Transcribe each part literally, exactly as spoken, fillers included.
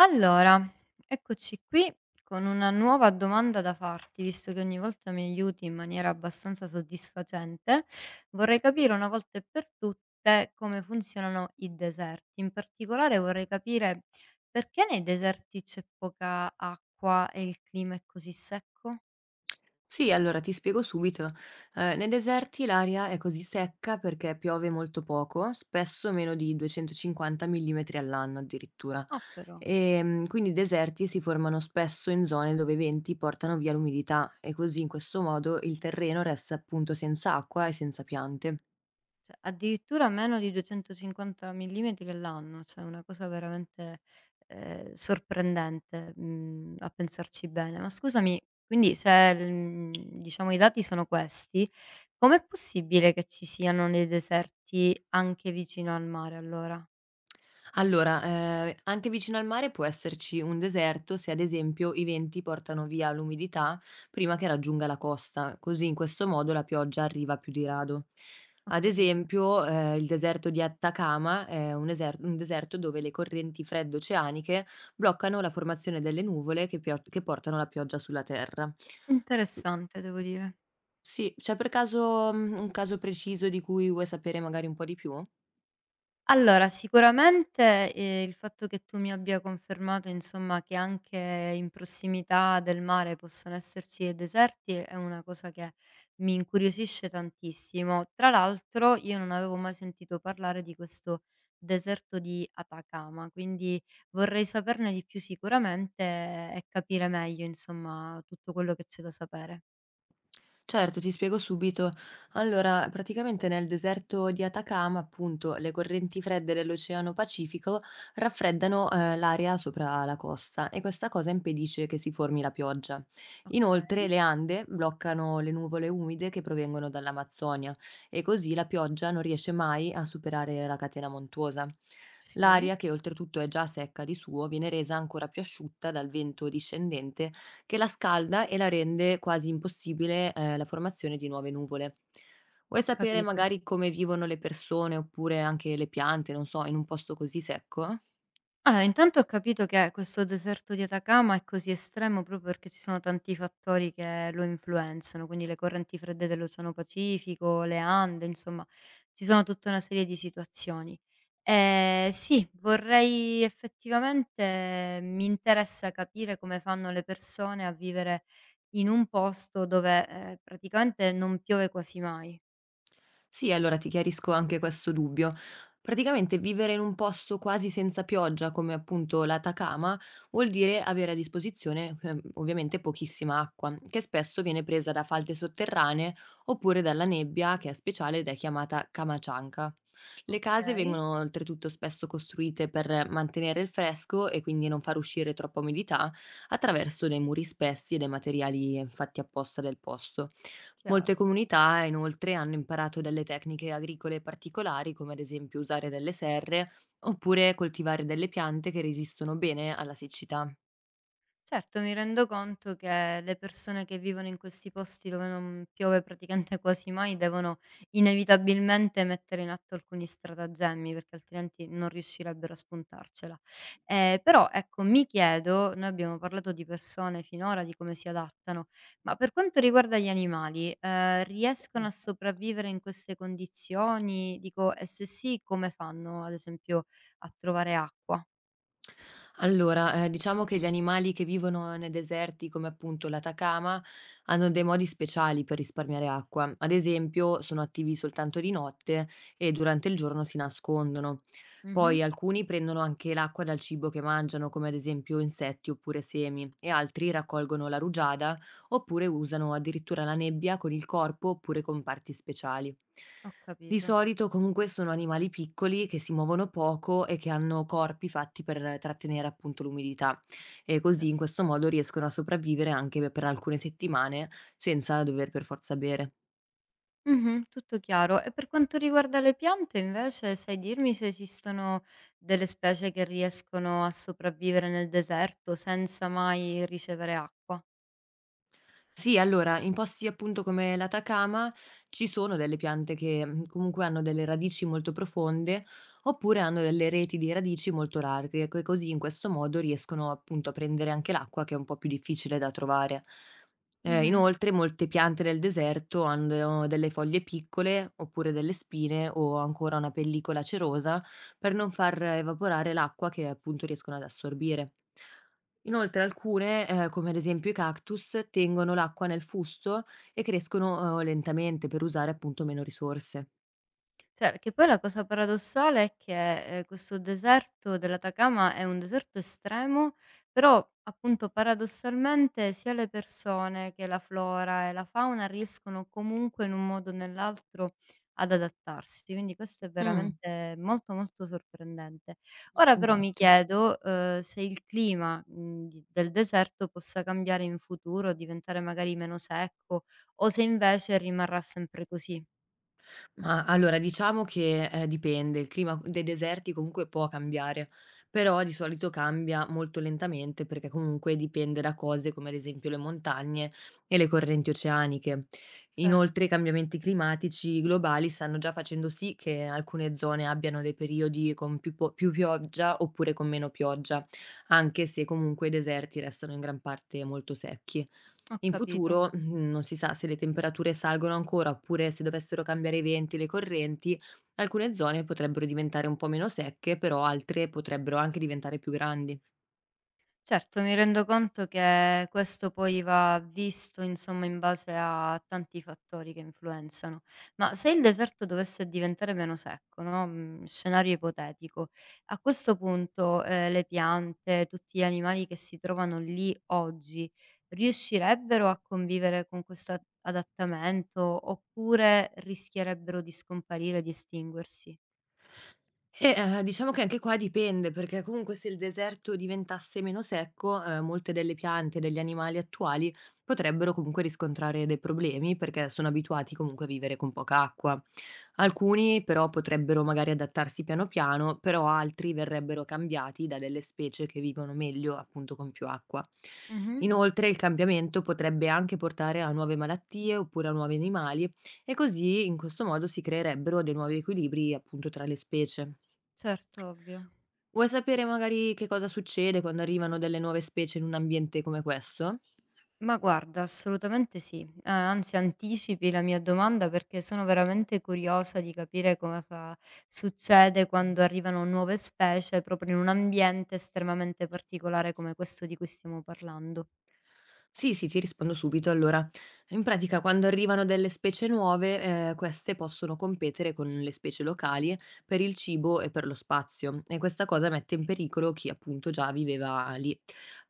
Allora, eccoci qui con una nuova domanda da farti, visto che ogni volta mi aiuti in maniera abbastanza soddisfacente. Vorrei capire una volta e per tutte come funzionano i deserti. In particolare vorrei capire perché nei deserti c'è poca acqua e il clima è così secco? Sì, allora ti spiego subito. Eh, nei deserti l'aria è così secca perché piove molto poco, spesso meno di duecentocinquanta millimetri all'anno addirittura. Ah, però. E, mm, quindi i deserti si formano spesso in zone dove i venti portano via l'umidità e così in questo modo il terreno resta appunto senza acqua e senza piante. Cioè, addirittura meno di duecentocinquanta millimetri all'anno, cioè una cosa veramente, ehm, sorprendente, mhmm, a pensarci bene. Ma scusami, quindi se l mhmm, diciamo i dati sono questi, com'è possibile che ci siano dei deserti anche vicino al mare allora? Allora, ehm, anche vicino al mare può esserci un deserto se ad esempio i venti portano via l'umidità prima che raggiunga la costa, così in questo modo la pioggia arriva più di rado. Ho Ad capito. esempio, ehm, il deserto di Atacama è un eser un deserto dove le correnti fredde oceaniche bloccano la formazione delle nuvole che pio che portano la pioggia sulla terra. Interessante devo dire. Sì, c'è per caso, mhmm, un caso preciso di cui vuoi sapere magari un po' di più? Allora, sicuramente, ehm, il fatto che tu mi abbia confermato, insomma, che anche in prossimità del mare possono esserci dei deserti è una cosa che mi incuriosisce tantissimo. Tra l'altro io non avevo mai sentito parlare di questo deserto di Atacama, quindi vorrei saperne di più sicuramente e capire meglio, insomma, tutto quello che c'è da sapere. Certo, ti spiego subito. Allora, praticamente nel deserto di Atacama, appunto, le correnti fredde dell'Oceano Pacifico raffreddano, eh, l'aria sopra la costa e questa cosa impedisce che si formi la pioggia. Okay, Inoltre, le Ande bloccano le nuvole umide che provengono dall'Amazzonia e così la pioggia non riesce mai a superare la catena montuosa. sì, L'aria, che oltretutto è già secca di suo, viene resa ancora più asciutta dal vento discendente che la scalda e la rende quasi impossibile, eh, la formazione di nuove nuvole. Vuoi ho sapere capito. magari come vivono le persone oppure anche le piante, non so, in un posto così secco? Allora, intanto ho capito che questo deserto di Atacama è così estremo proprio perché ci sono tanti fattori che lo influenzano, quindi le correnti fredde dell'Oceano Pacifico, le Ande, insomma, ci sono tutta una serie di situazioni. Ehm, sì, vorrei effettivamente mi interessa capire come fanno le persone a vivere in un posto dove, ehm, praticamente non piove quasi mai. Sì, allora ti chiarisco anche questo dubbio. Praticamente vivere in un posto quasi senza pioggia, come appunto l'Atacama, vuol dire avere a disposizione eh, ovviamente pochissima acqua, che spesso viene presa da falde sotterranee oppure dalla nebbia, che è speciale ed è chiamata camacianca. Le case Okay, vengono oltretutto spesso costruite per mantenere il fresco e quindi non far uscire troppa umidità attraverso dei muri spessi e dei materiali fatti apposta del posto. Molte chiaro. comunità inoltre hanno imparato delle tecniche agricole particolari, come ad esempio usare delle serre oppure coltivare delle piante che resistono bene alla siccità. Certo, mi rendo conto che le persone che vivono in questi posti dove non piove praticamente quasi mai devono inevitabilmente mettere in atto alcuni stratagemmi perché altrimenti non riuscirebbero a spuntarcela. Eh, però ecco, mi chiedo, noi abbiamo parlato di persone finora, di come si adattano, ma per quanto riguarda gli animali, eh, riescono a sopravvivere in queste condizioni? Dico, e se sì, come fanno ad esempio a trovare acqua? Allora, ehm, diciamo che gli animali che vivono nei deserti, come appunto l'Atacama, hanno dei modi speciali per risparmiare acqua. Ad esempio, sono attivi soltanto di notte e durante il giorno si nascondono. Mhm. Poi alcuni prendono anche l'acqua dal cibo che mangiano, come ad esempio insetti oppure semi, e altri raccolgono la rugiada oppure usano addirittura la nebbia con il corpo oppure con parti speciali. Ho Di capito. solito comunque sono animali piccoli che si muovono poco e che hanno corpi fatti per trattenere appunto l'umidità e così in Certo. questo modo riescono a sopravvivere anche per alcune settimane senza dover per forza bere. Mh-mh, tutto chiaro. E per quanto riguarda le piante invece, sai dirmi se esistono delle specie che riescono a sopravvivere nel deserto senza mai ricevere acqua? Sì, allora, in posti appunto come l'Atacama ci sono delle piante che mh, comunque hanno delle radici molto profonde oppure hanno delle reti di radici molto larghe, e così in questo modo riescono appunto a prendere anche l'acqua che è un po' più difficile da trovare. Eh, Mh-mh. Inoltre, molte piante del deserto hanno delle foglie piccole oppure delle spine o ancora una pellicola cerosa per non far evaporare l'acqua che appunto riescono ad assorbire. Inoltre alcune, ehm, come ad esempio i cactus, tengono l'acqua nel fusto e crescono, uhm, lentamente per usare appunto meno risorse. Cioè, che poi la cosa paradossale è che, ehm, questo deserto dell'Atacama è un deserto estremo, però appunto paradossalmente sia le persone che la flora e la fauna riescono comunque in un modo o nell'altro ad adattarsi, quindi questo è Mh, veramente molto, molto sorprendente. Ora però mi esatto. chiedo, uhm, se il clima, mhmm, di del deserto possa cambiare in futuro, diventare magari meno secco o se invece rimarrà sempre così. Ma allora diciamo che, ehm, dipende, il clima dei deserti comunque può cambiare, però di solito cambia molto lentamente perché comunque dipende da cose come ad esempio le montagne e le correnti oceaniche. Cer Inoltre i cambiamenti climatici globali stanno già facendo sì che alcune zone abbiano dei periodi con più po più pioggia oppure con meno pioggia, anche se comunque i deserti restano in gran parte molto secchi. Ho In capito. futuro, mhmm, non si sa se le temperature salgono ancora oppure se dovessero cambiare i venti e le correnti, alcune zone potrebbero diventare un po' meno secche, però altre potrebbero anche diventare più grandi. Certo, mi rendo conto che questo poi va visto, insomma, in base a tanti fattori che influenzano. Ma se il deserto dovesse diventare meno secco, no, mhmm, scenario ipotetico, a questo punto, ehm, le piante, tutti gli animali che si trovano lì oggi, riuscirebbero a convivere con questa adattamento, oppure rischierebbero di scomparire, di estinguersi? E, Eh, ehm, diciamo che anche qua dipende, perché comunque se il deserto diventasse meno secco, ehm, molte delle piante e degli animali attuali potrebbero comunque riscontrare dei problemi, perché sono abituati comunque a vivere con poca acqua. Alcuni però potrebbero magari adattarsi piano piano, però altri verrebbero cambiati da delle specie che vivono meglio appunto con più acqua. Mh-mh. Inoltre il cambiamento potrebbe anche portare a nuove malattie oppure a nuovi animali e così, in questo modo, si creerebbero dei nuovi equilibri appunto tra le specie. Certo, ovvio. Vuoi sapere magari che cosa succede quando arrivano delle nuove specie in un ambiente come questo? Ma guarda, assolutamente sì. Eh, anzi, anticipi la mia domanda perché sono veramente curiosa di capire cosa succede quando arrivano nuove specie proprio in un ambiente estremamente particolare come questo di cui stiamo parlando. Sì, sì, ti rispondo subito. Allora, in pratica quando arrivano delle specie nuove, ehm, queste possono competere con le specie locali per il cibo e per lo spazio e questa cosa mette in pericolo chi appunto già viveva lì.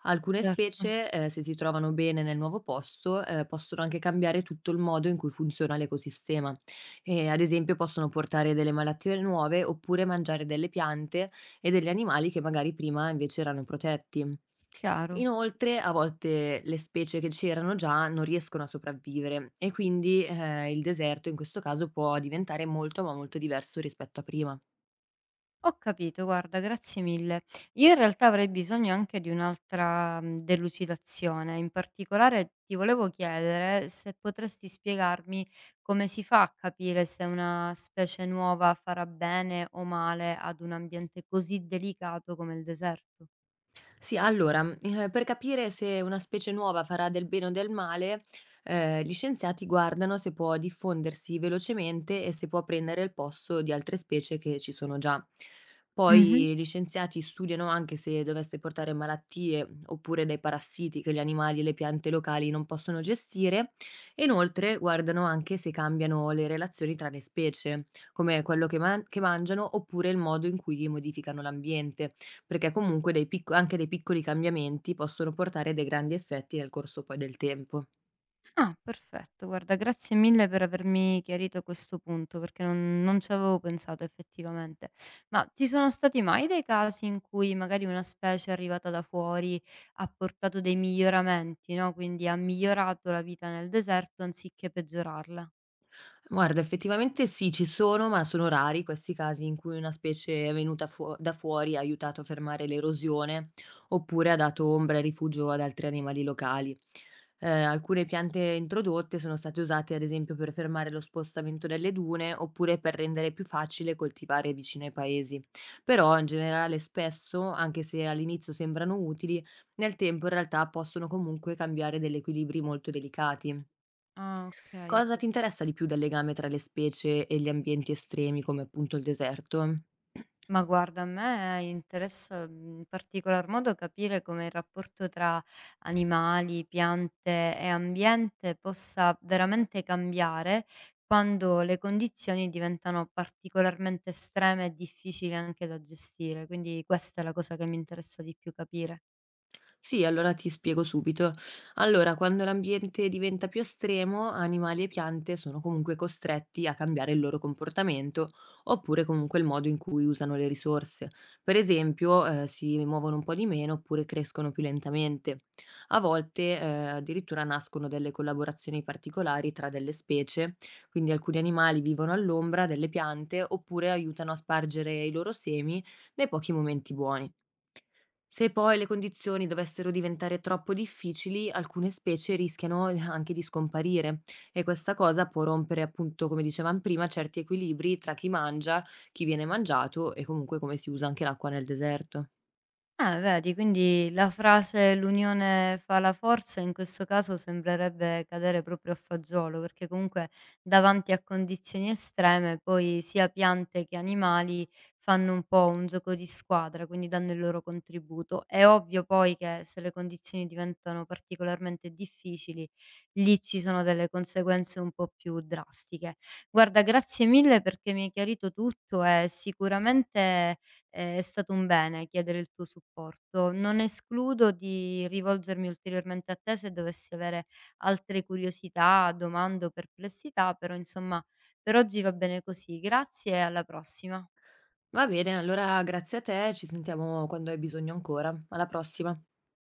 Alcune Certo, specie, ehm, se si trovano bene nel nuovo posto, ehm, possono anche cambiare tutto il modo in cui funziona l'ecosistema e ad esempio possono portare delle malattie nuove oppure mangiare delle piante e degli animali che magari prima invece erano protetti. chiaro. Inoltre a volte le specie che c'erano già non riescono a sopravvivere e quindi, ehm, il deserto in questo caso può diventare molto, ma molto diverso rispetto a prima. Ho capito, guarda, grazie mille. Io in realtà avrei bisogno anche di un'altra, mhmm, delucidazione. In particolare ti volevo chiedere se potresti spiegarmi come si fa a capire se una specie nuova farà bene o male ad un ambiente così delicato come il deserto. Sì, allora, mhmm, ehm, per capire se una specie nuova farà del bene o del male, ehm, gli scienziati guardano se può diffondersi velocemente e se può prendere il posto di altre specie che ci sono già. Mh-mh. Poi gli scienziati studiano anche se dovesse portare malattie oppure dei parassiti che gli animali e le piante locali non possono gestire. E inoltre guardano anche se cambiano le relazioni tra le specie, come quello che man che mangiano oppure il modo in cui modificano l'ambiente perché comunque dei picco anche dei piccoli cambiamenti possono portare a dei grandi effetti nel corso poi del tempo. Ah, perfetto. Guarda, grazie mille per avermi chiarito questo punto, perché non, non ci avevo pensato effettivamente. Ma ci sono stati mai dei casi in cui magari una specie arrivata da fuori ha portato dei miglioramenti, no? Quindi ha migliorato la vita nel deserto anziché peggiorarla. Guarda, effettivamente sì, ci sono, ma sono rari questi casi in cui una specie è venuta fuo- da fuori ha aiutato a fermare l'erosione oppure ha dato ombra e rifugio ad altri animali locali. Eh, alcune piante introdotte sono state usate, ad esempio, per fermare lo spostamento delle dune oppure per rendere più facile coltivare vicino ai paesi. Però, in generale, spesso, anche se all'inizio sembrano utili, nel tempo in realtà possono comunque cambiare degli equilibri molto delicati. Ah, ok, ho Cosa ti capito. interessa di più del legame tra le specie e gli ambienti estremi come appunto il deserto? Ma guarda, a me interessa in particolar modo capire come il rapporto tra animali, piante e ambiente possa veramente cambiare quando le condizioni diventano particolarmente estreme e difficili anche da gestire. Quindi questa è la cosa che mi interessa di più capire. Sì, allora ti spiego subito. Allora, quando l'ambiente diventa più estremo, animali e piante sono comunque costretti a cambiare il loro comportamento oppure comunque il modo in cui usano le risorse. Per esempio, eh, si muovono un po' di meno oppure crescono più lentamente. A volte, eh, addirittura nascono delle collaborazioni particolari tra delle specie, quindi alcuni animali vivono all'ombra delle piante oppure aiutano a spargere i loro semi nei pochi momenti buoni. Se poi le condizioni dovessero diventare troppo difficili, alcune specie rischiano eh, anche di scomparire e questa cosa può rompere, appunto, come dicevamo prima, certi equilibri tra chi mangia, chi viene mangiato e comunque come si usa anche l'acqua nel deserto. Ah, vedi, quindi la frase: "L'unione fa la forza" in questo caso sembrerebbe cadere proprio a fagiolo, perché comunque davanti a condizioni estreme poi sia piante che animali fanno un po' un gioco di squadra, quindi danno il loro contributo. È ovvio poi che se le condizioni diventano particolarmente difficili, lì ci sono delle conseguenze un po' più drastiche. Guarda, grazie mille perché mi hai chiarito tutto e sicuramente ehm, è stato un bene chiedere il tuo supporto. Non escludo di rivolgermi ulteriormente a te se dovessi avere altre curiosità, domande o perplessità, però insomma per oggi va bene così. Grazie e alla prossima. Va bene, allora grazie a te, ci sentiamo quando hai bisogno ancora. Alla prossima.